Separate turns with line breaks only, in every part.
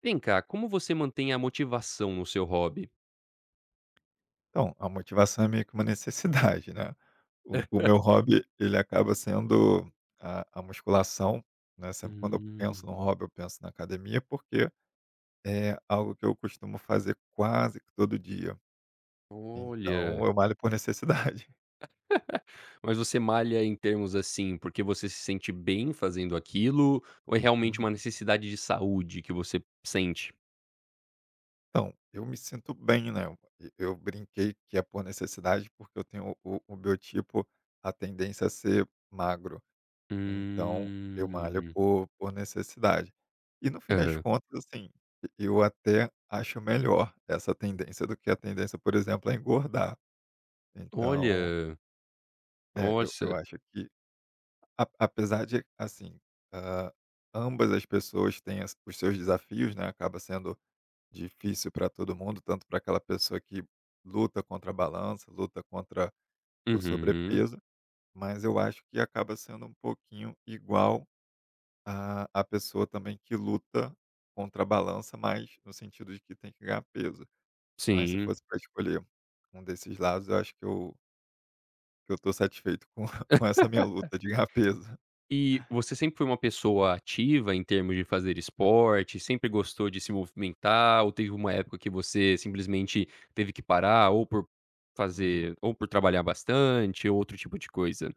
Vem cá, como você mantém a motivação no seu hobby?
Então, a motivação é meio que uma necessidade, né. O meu hobby, ele acaba sendo a musculação, né, sempre quando eu penso
Hum,
no hobby, eu penso na academia, porque é algo que eu costumo fazer quase que todo dia, então
olha.
eu malho por necessidade.
Mas você malha em termos assim, porque você se sente bem fazendo aquilo, ou é realmente
Uhum.
uma necessidade de saúde que você sente?
Então, eu me sinto bem, né, e eu brinquei que é por necessidade, porque eu tenho o biotipo, a tendência a ser magro. Então, eu malho
Hum.
por necessidade. E no fim das
Aham.
contas, assim, eu até acho melhor essa tendência do que a tendência, por exemplo, a engordar. Então,
Olha,
é, eu
nossa.
acho que a apesar de, assim, hã, ambas as pessoas têm as os seus desafios, né, acaba sendo difícil para todo mundo, tanto para aquela pessoa que luta contra a balança, luta contra o
Uhum.
sobrepeso, mas eu acho que acaba sendo um pouquinho igual. A pessoa também que luta contra a balança, mas no sentido de que tem que ganhar peso. Mas se
Sim.
fosse para escolher um desses lados, eu acho que eu tô satisfeito com com essa minha luta de ganhar peso.
E você sempre foi uma pessoa ativa em termos de fazer esporte, sempre gostou de se movimentar, ou teve uma época que você simplesmente teve que parar, ou por
Uhum.
fazer ou por trabalhar bastante, ou outro tipo de coisa?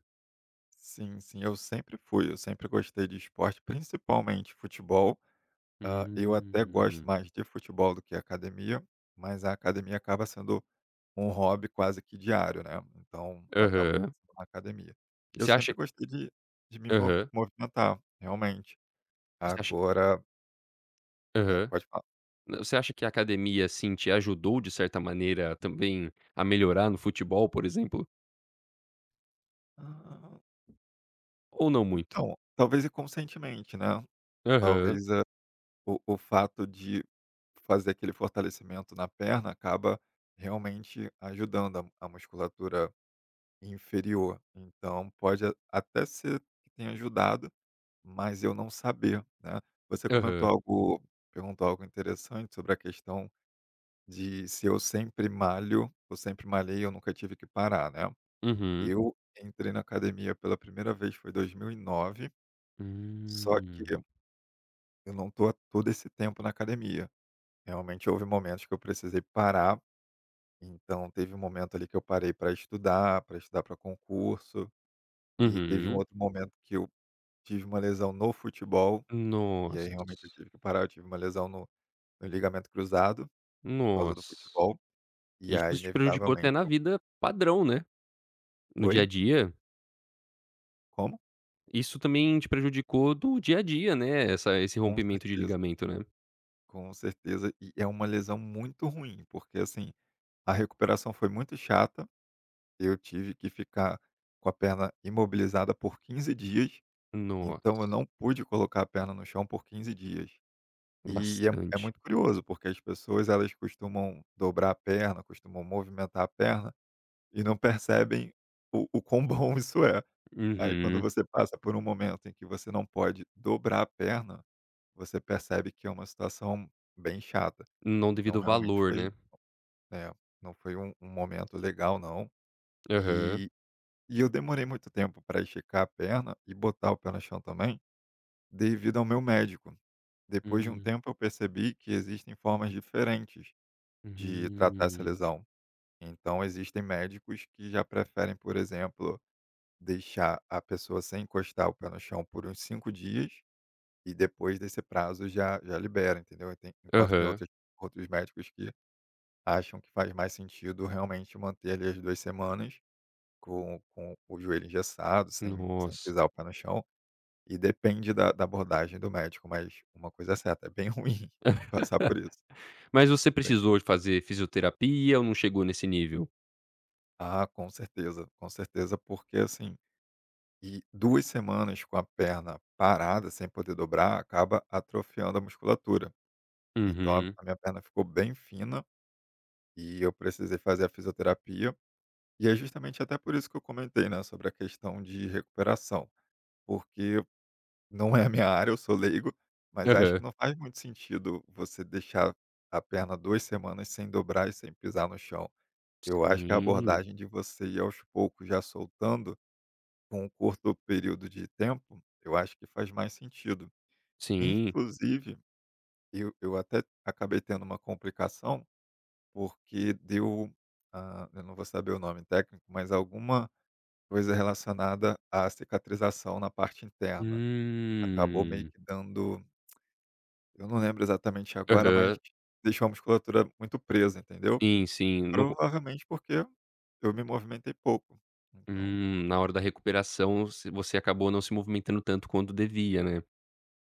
Sim, sim, eu sempre fui, eu sempre gostei de esporte, principalmente futebol. Eu até gosto
Hum.
mais de futebol do que academia, mas a academia acaba sendo um hobby quase que diário, né, então eu acabo
Aham.
passando na academia.
E
Eu
você acha
sempre gostei de me mo
aham.
movimentar, realmente.
E você acha
Agora
aham.
pode falar.
N Você acha que a academia, assim, te ajudou de certa maneira também a melhorar no futebol, por exemplo?
Ah,
Ou não muito?
não, talvez inconscientemente, né,
Aham.
talvez, o fato de fazer aquele fortalecimento na perna acaba realmente ajudando a musculatura inferior, então pode a até ser que tenha ajudado. Mas eu não saber, né. Você comentou
Aham.
algo perguntou algo interessante sobre a questão de se eu sempre malho eu sempre malhei, eu nunca tive que parar, né.
Uhum.
Eu entrei na academia pela primeira vez foi 2009, só que
Hum.
eu não tô há todo esse tempo na academia. Realmente houve momentos que eu precisei parar, então teve um momento ali que eu parei para estudar, para concurso, e teve um
Uhum.
outro momento que eu tive uma lesão no futebol, e aí
Nossa,
realmente eu tive que parar, eu tive uma lesão no ligamento cruzado, por causa do
nossa.
futebol, e
Isso
aí
te prejudicou até
inevitavelmente
na
eu
vida padrão, né, no dia a
oi?
dia.
Como?
Isso também te prejudicou do dia a dia, né, essa esse
Com
rompimento de
certeza,
ligamento, né.
com certeza. E é uma lesão muito ruim, porque, assim, a recuperação foi muito chata, eu tive que ficar com a perna imobilizada por 15 dias, então eu
Nossa,
não pude colocar a perna no chão por 15 dias. E é
bastante.
muito curioso, porque as pessoas elas costumam dobrar a perna, costumam movimentar a perna, e não percebem o quão bom isso é. Aí quando
Uhum.
você passa por um momento em que você não pode dobrar a perna, você percebe que é uma situação bem chata.
Não devido
Então
ao
realmente
valor, né.
foi, é, não foi um momento legal, não.
Aham.
E e eu demorei muito tempo para esticar a perna e botar o pé no chão também, devido ao meu médico. Depois de um
Hum,
tempo eu percebi que existem formas diferentes de tratar essa
hum.
lesão. Então existem médicos que já preferem, por exemplo, deixar a pessoa sem encostar o pé no chão por uns 5 dias. E depois desse prazo já libera, entendeu? E tem
Aham.
outros médicos que acham que faz mais sentido realmente manter ali as 2 semanas com o joelho engessado, sem
Nossa.
pisar o pé no chão, e depende da abordagem do médico, mas uma coisa é certa, é bem ruim passar por isso.
Mas você
Bem
precisou de fazer fisioterapia ou não chegou nesse nível?
com certeza, porque assim, 2 semanas com a perna parada, sem poder dobrar, acaba atrofiando a musculatura. Então a
Uhum.
a minha perna ficou bem fina. E eu precisei fazer a fisioterapia. E é justamente até por isso que eu comentei, né, sobre a questão de recuperação, porque não é a minha área, eu sou leigo, mas acho que
Aham.
não faz muito sentido você deixar a perna 2 semanas sem dobrar e sem pisar no chão. Eu acho que a
Sim,
abordagem de você ir aos poucos já soltando com um curto período de tempo, eu acho que faz mais sentido.
sim.
Inclusive, eu até acabei tendo uma complicação. Porque deu, eu não vou saber o nome técnico, mas alguma coisa relacionada à cicatrização na parte interna. Acabou meio
Hum.
que dando, eu não lembro exatamente agora,
Aham.
mas deixou a musculatura muito presa, entendeu?
Sim, sim. No co
Provavelmente porque eu me movimentei pouco. Então
Na hora da recuperação, você acabou não se movimentando tanto quanto devia, né.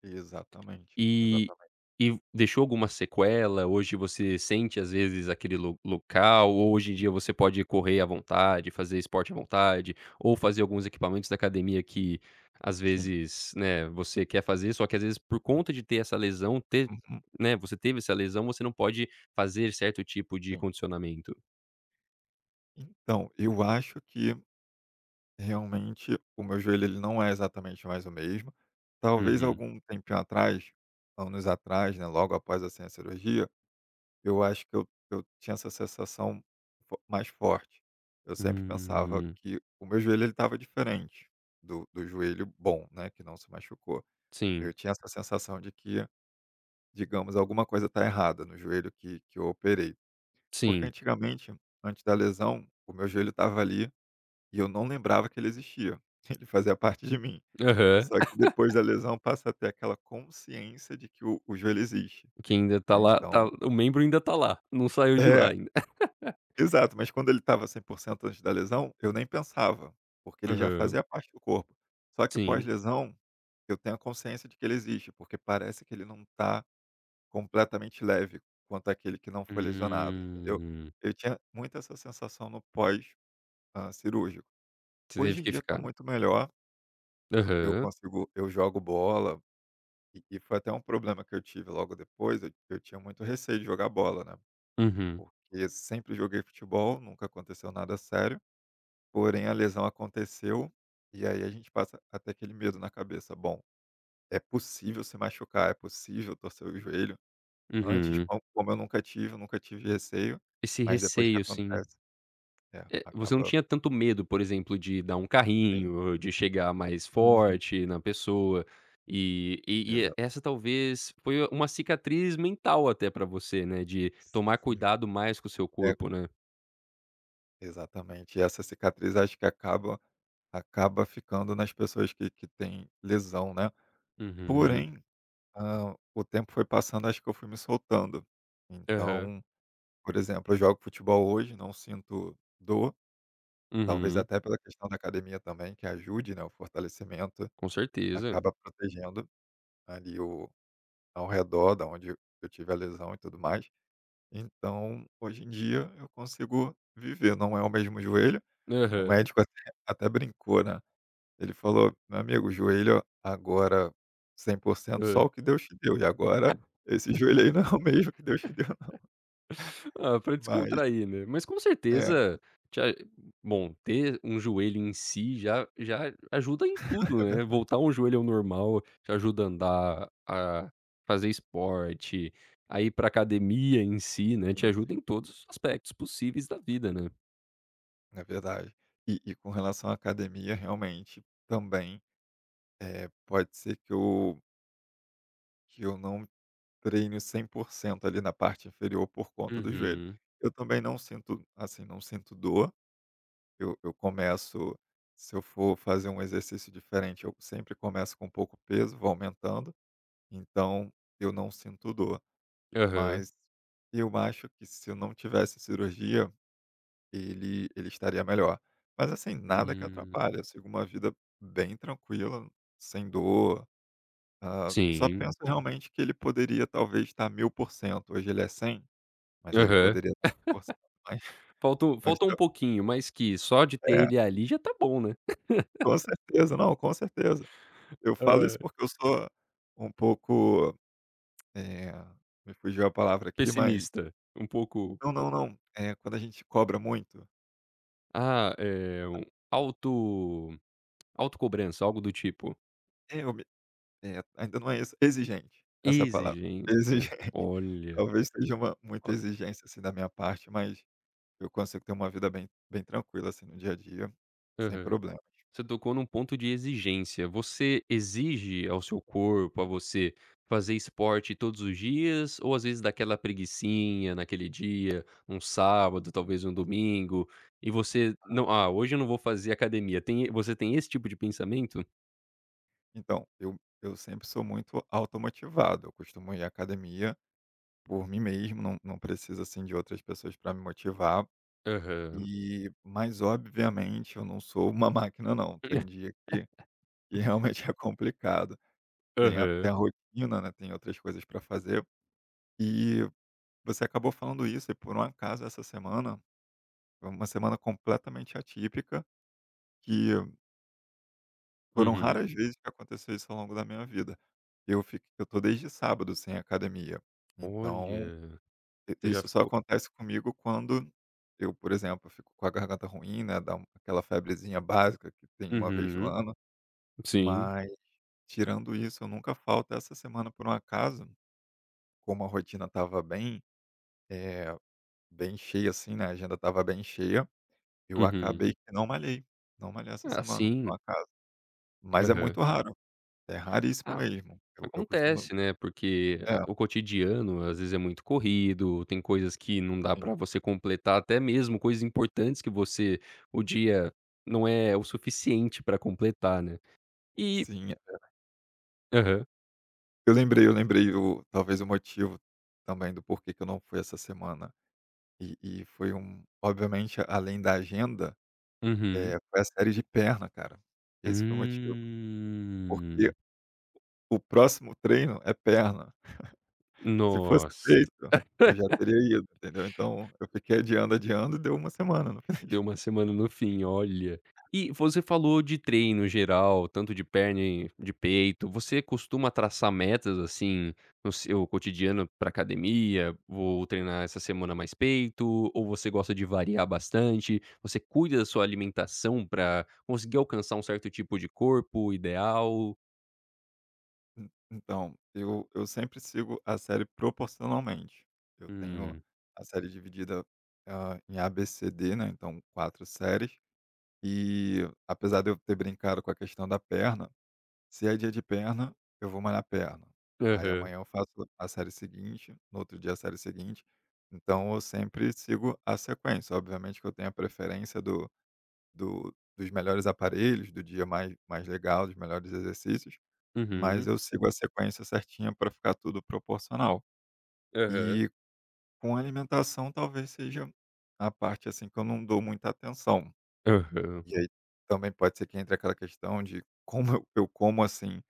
exatamente,
E
exatamente.
e deixou alguma sequela? Hoje você sente, às vezes, aquele lo local ou hoje em dia você pode correr à vontade, fazer esporte à vontade ou fazer alguns equipamentos da academia que, às
Sim.
vezes, né, você quer fazer, só que, às vezes, por conta de ter essa lesão, ter
Uhum,
né, você teve essa lesão, você não pode fazer certo tipo de
sim.
condicionamento.
Então, eu acho que realmente, o meu joelho ele não é exatamente mais o mesmo. Talvez
Uhum.
algum tempinho atrás, anos atrás, né, logo após, assim, a cirurgia, eu acho que eu tinha essa sensação mais forte. Eu sempre pensava
Hum.
que o meu joelho estava diferente do joelho bom, né, que não se machucou.
Sim,
Eu tinha essa sensação de que, digamos, alguma coisa está errada no joelho que eu operei. Porque
sim.
antigamente, antes da lesão, o meu joelho estava ali e eu não lembrava que ele existia. Ele fazia parte de mim.
Aham.
Só que depois da lesão passa a ter aquela consciência de que o joelho existe,
Que ainda tá
né,
lá, tá,
então
o membro ainda tá lá, não saiu de lá
é,
ainda.
exato, mas quando ele estava 100% antes da lesão, eu nem pensava, porque ele já
Aham.
fazia parte do corpo. Só que
Sim.
pós-lesão, eu tenho a consciência de que ele existe, porque parece que ele não está completamente leve quanto aquele que não foi lesionado, entendeu.
Hum.
Eu tinha muito essa sensação no pós, cirúrgico.
Você teve
Hoje em
que
dia está
ficar.
muito melhor,
Aham.
eu jogo bola. E foi até um problema que eu tive logo depois, eu tinha muito receio de jogar bola, né,
Uhum,
porque sempre joguei futebol, nunca aconteceu nada sério, porém a lesão aconteceu, e aí a gente passa até aquele medo na cabeça: "Bom, é possível se machucar, é possível torcer o joelho". Antes,
uhum.
co como eu nunca tive receio,
Esse
mas depois que
receio, assim,
acontece é,
você não
acaba
tinha tanto medo, por exemplo, de dar um
sim.
carrinho, de chegar mais
Uhum.
forte na pessoa, e
Exata
essa talvez foi uma cicatriz mental até pra você, né, de tomar
sim.
cuidado mais com o seu
É,
corpo, né.
exatamente. E essa cicatriz acho que acaba ficando nas pessoas que têm lesão, né.
Uhum.
Porém, o tempo foi passando, acho que eu fui me soltando.
Aham.
Então, por exemplo, eu jogo futebol hoje, não sinto dor, talvez
Uhum.
até pela questão da academia também, que ajude, né, o fortalecimento,
Com certeza.
acaba protegendo ali o ao redor da onde eu tive a lesão e tudo mais. Então, hoje em dia eu consigo viver, não é o mesmo joelho, o
Aham,
médico até brincou, né. Ele falou: "Meu amigo, joelho agora 100%,
hã.
só o que Deus te deu, e agora esse joelho aí não é o mesmo que Deus te deu não".
Ah, pra
Mas
descontrair, né. Mas com
é,
certeza te a bom, ter um joelho em si já já ajuda em tudo,
é
né.
verdade.
Voltar um joelho ao normal te ajuda a andar, a fazer esporte, a ir pra academia em si, né,
Sim,
te
sim.
ajuda em todos os aspectos possíveis da vida, né.
É verdade. E com relação à academia, realmente, também, pode ser que eu não treine 100% ali na parte inferior por conta do joelho.
Uhum.
Eu também não sinto, assim, não sinto dor, eu começo se eu for fazer um exercício diferente, eu sempre começo com pouco peso, vou aumentando. Então eu não sinto dor.
Aham.
Mas eu acho que se eu não tivesse cirurgia, ele estaria melhor. Mas assim, nada que
Hum.
atrapalhe, eu sigo uma vida bem tranquila, sem dor, só
Sim.
penso realmente que ele poderia talvez estar 1000%, hoje ele é 100, mas ele
Aham.
poderia estar 1000%, mas
Faltou
mas
faltou um
tá,
pouquinho, mas que só de ter
é,
ele ali já tá bom, né.
com certeza, não, com certeza. Eu falo
Ah,
isso porque eu sou um pouco, eh, me fugiu a palavra aqui, mas
pessimista, um pouco.
não, não, não. Quando a gente cobra muito,
Ah, um auto autocobrança, algo do tipo.
é eu me ainda não é isso, exigente, essa é a palavra, exigente.
Exigência. Olha,
Talvez seja uma muita
o
exigência, assim, da minha parte, mas eu consigo ter uma vida bem tranquila, assim, no dia a dia, sem
aham.
problema.
Você tocou num ponto de exigência. Você exige ao seu corpo, a você, fazer esporte todos os dias ou às vezes daquela aquela preguicinha naquele dia, um sábado, talvez um domingo, e você não: "Ah, hoje eu não vou fazer academia". Tem Você tem esse tipo de pensamento?
Então, eu sempre sou muito automotivado, eu costumo ir à academia por mim mesmo, não preciso, assim, de outras pessoas para me motivar,
Aham.
mas obviamente eu não sou uma máquina não, tem dia que realmente é complicado. Tem a tem
Aham.
a rotina, né, tem outras coisas para fazer. E você acabou falando isso e por um acaso essa semana foi uma semana completamente atípica, que foram
Uhum.
raras vezes que aconteceu isso ao longo da minha vida. Eu tô desde sábado sem academia, então
Olha,
i
você já
isso só
ficou
acontece comigo quando eu, por exemplo, fico com a garganta ruim, né, dá aquela febrezinha básica que tem uma vez no
uhum.
ano,
Sim.
mas tirando isso eu nunca falto. Essa semana, por um acaso, como a rotina estava bem, eh Bem cheia, assim, né, a agenda estava bem cheia, eu
Uhum.
acabei que não malhei, essa
Ah,
semana por um
sim.
acaso, mas é
Aham.
muito raro, é raríssimo
Ah,
mesmo, eu costumo,
acontece, né, porque
é,
a o cotidiano, às vezes, é muito corrido, tem coisas que não dá
sim,
pra você completar, até mesmo coisas importantes que você o dia não é o suficiente pra completar, né. E
sim. É.
Aham.
Eu lembrei o talvez o motivo também do porquê que eu não fui essa semana, e foi obviamente, além da agenda,
Uhum.
foi a série de perna, cara, esse foi o motivo, porque
Hum.
o próximo treino é perna. Se fosse
Nossa.
feito, eu já teria ido, entendeu. Então eu fiquei adiando, adiando e deu uma semana no final
Deu uma
das.
semana no fim, olha. E você falou de treino geral, tanto de perna e de peito. Você costuma traçar metas, assim, no seu cotidiano para academia? Vou treinar essa semana mais peito, ou você gosta de variar bastante? Você cuida da sua alimentação para conseguir alcançar um certo tipo de corpo ideal?
En Então eu sempre sigo a série proporcionalmente. Eu tenho
Hum.
a série dividida, em ABCD, né, então 4 séries, e apesar de eu ter brincado com a questão da perna, se é dia de perna, eu vou malhar perna. Aí
Aham.
amanhã eu faço a série seguinte, no outro dia a série seguinte, então eu sempre sigo a sequência. Obviamente que eu tenho a preferência do do dos melhores aparelhos, do dia mais legal, dos melhores exercícios, mas
Uhum.
eu sigo a sequência certinha para ficar tudo proporcional.
Aham.
E com a alimentação talvez seja a parte, assim, que eu não dou muita atenção.
Aham.
E aí também pode ser que entre aquela questão de como eu como, assim,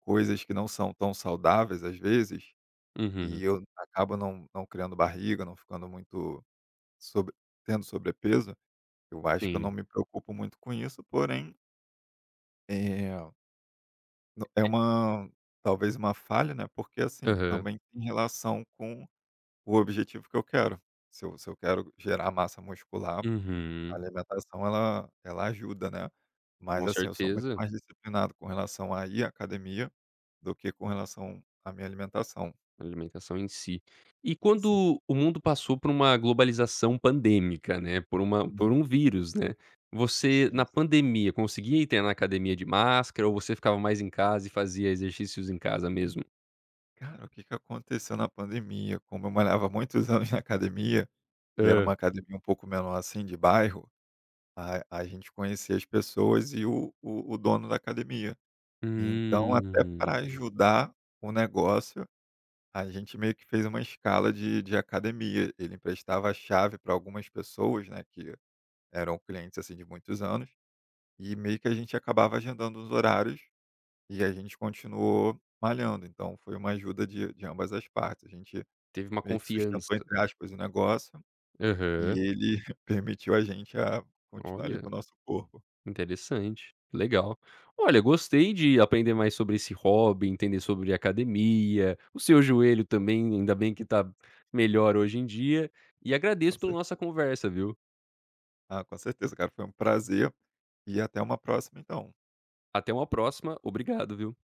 coisas que não são tão saudáveis às vezes,
Uhum.
e eu acabo não criando barriga, não ficando muito sobre tendo sobrepeso, eu acho que eu não
Sim.
me preocupo muito com isso, porém, eh No é
E
uma talvez uma falha, né, porque, assim,
Aham.
também tem relação com o objetivo que eu quero. Se eu quero gerar massa muscular, a
Uhum.
alimentação ela ajuda, né.
Com
Mas, assim, eu sou muito
certeza.
mais disciplinado com relação a ir à academia do que com relação à minha alimentação.
A Alimentação em si. E
Sim.
quando o mundo passou por uma globalização pandêmica, né, por uma
Uhum.
por um vírus, né, você na
Sim.
pandemia conseguia ir ter na academia de máscara ou você ficava mais em casa e fazia exercícios em casa mesmo?
Cara, o que que aconteceu na pandemia? Como eu malhava há muitos anos na academia, e era
Hã.
uma academia um pouco menor, assim, de bairro. A gente conhecia as pessoas e o dono da academia. Então, até
Hum,
para ajudar o negócio, a gente meio que fez uma escala de academia. Ele emprestava a chave para algumas pessoas, né, que eram clientes, assim, de muitos anos, e meio que a gente acabava agendando os horários e a gente continuou malhando. Então foi uma ajuda de ambas as partes. A gente
teve uma
meio que "sustentou",
confiança.
entre aspas, o negócio e
Aham,
ele permitiu a gente a continuar ali
olha.
com o nosso corpo,
Interessante, legal. Olha, gostei de aprender mais sobre esse hobby, entender sobre academia, o seu joelho também, ainda bem que tá melhor hoje em dia, e agradeço
com
pela nossa
certeza.
conversa, viu.
Ah, com certeza, cara. Foi um prazer. E até uma próxima, então.
Até uma próxima, obrigado, viu.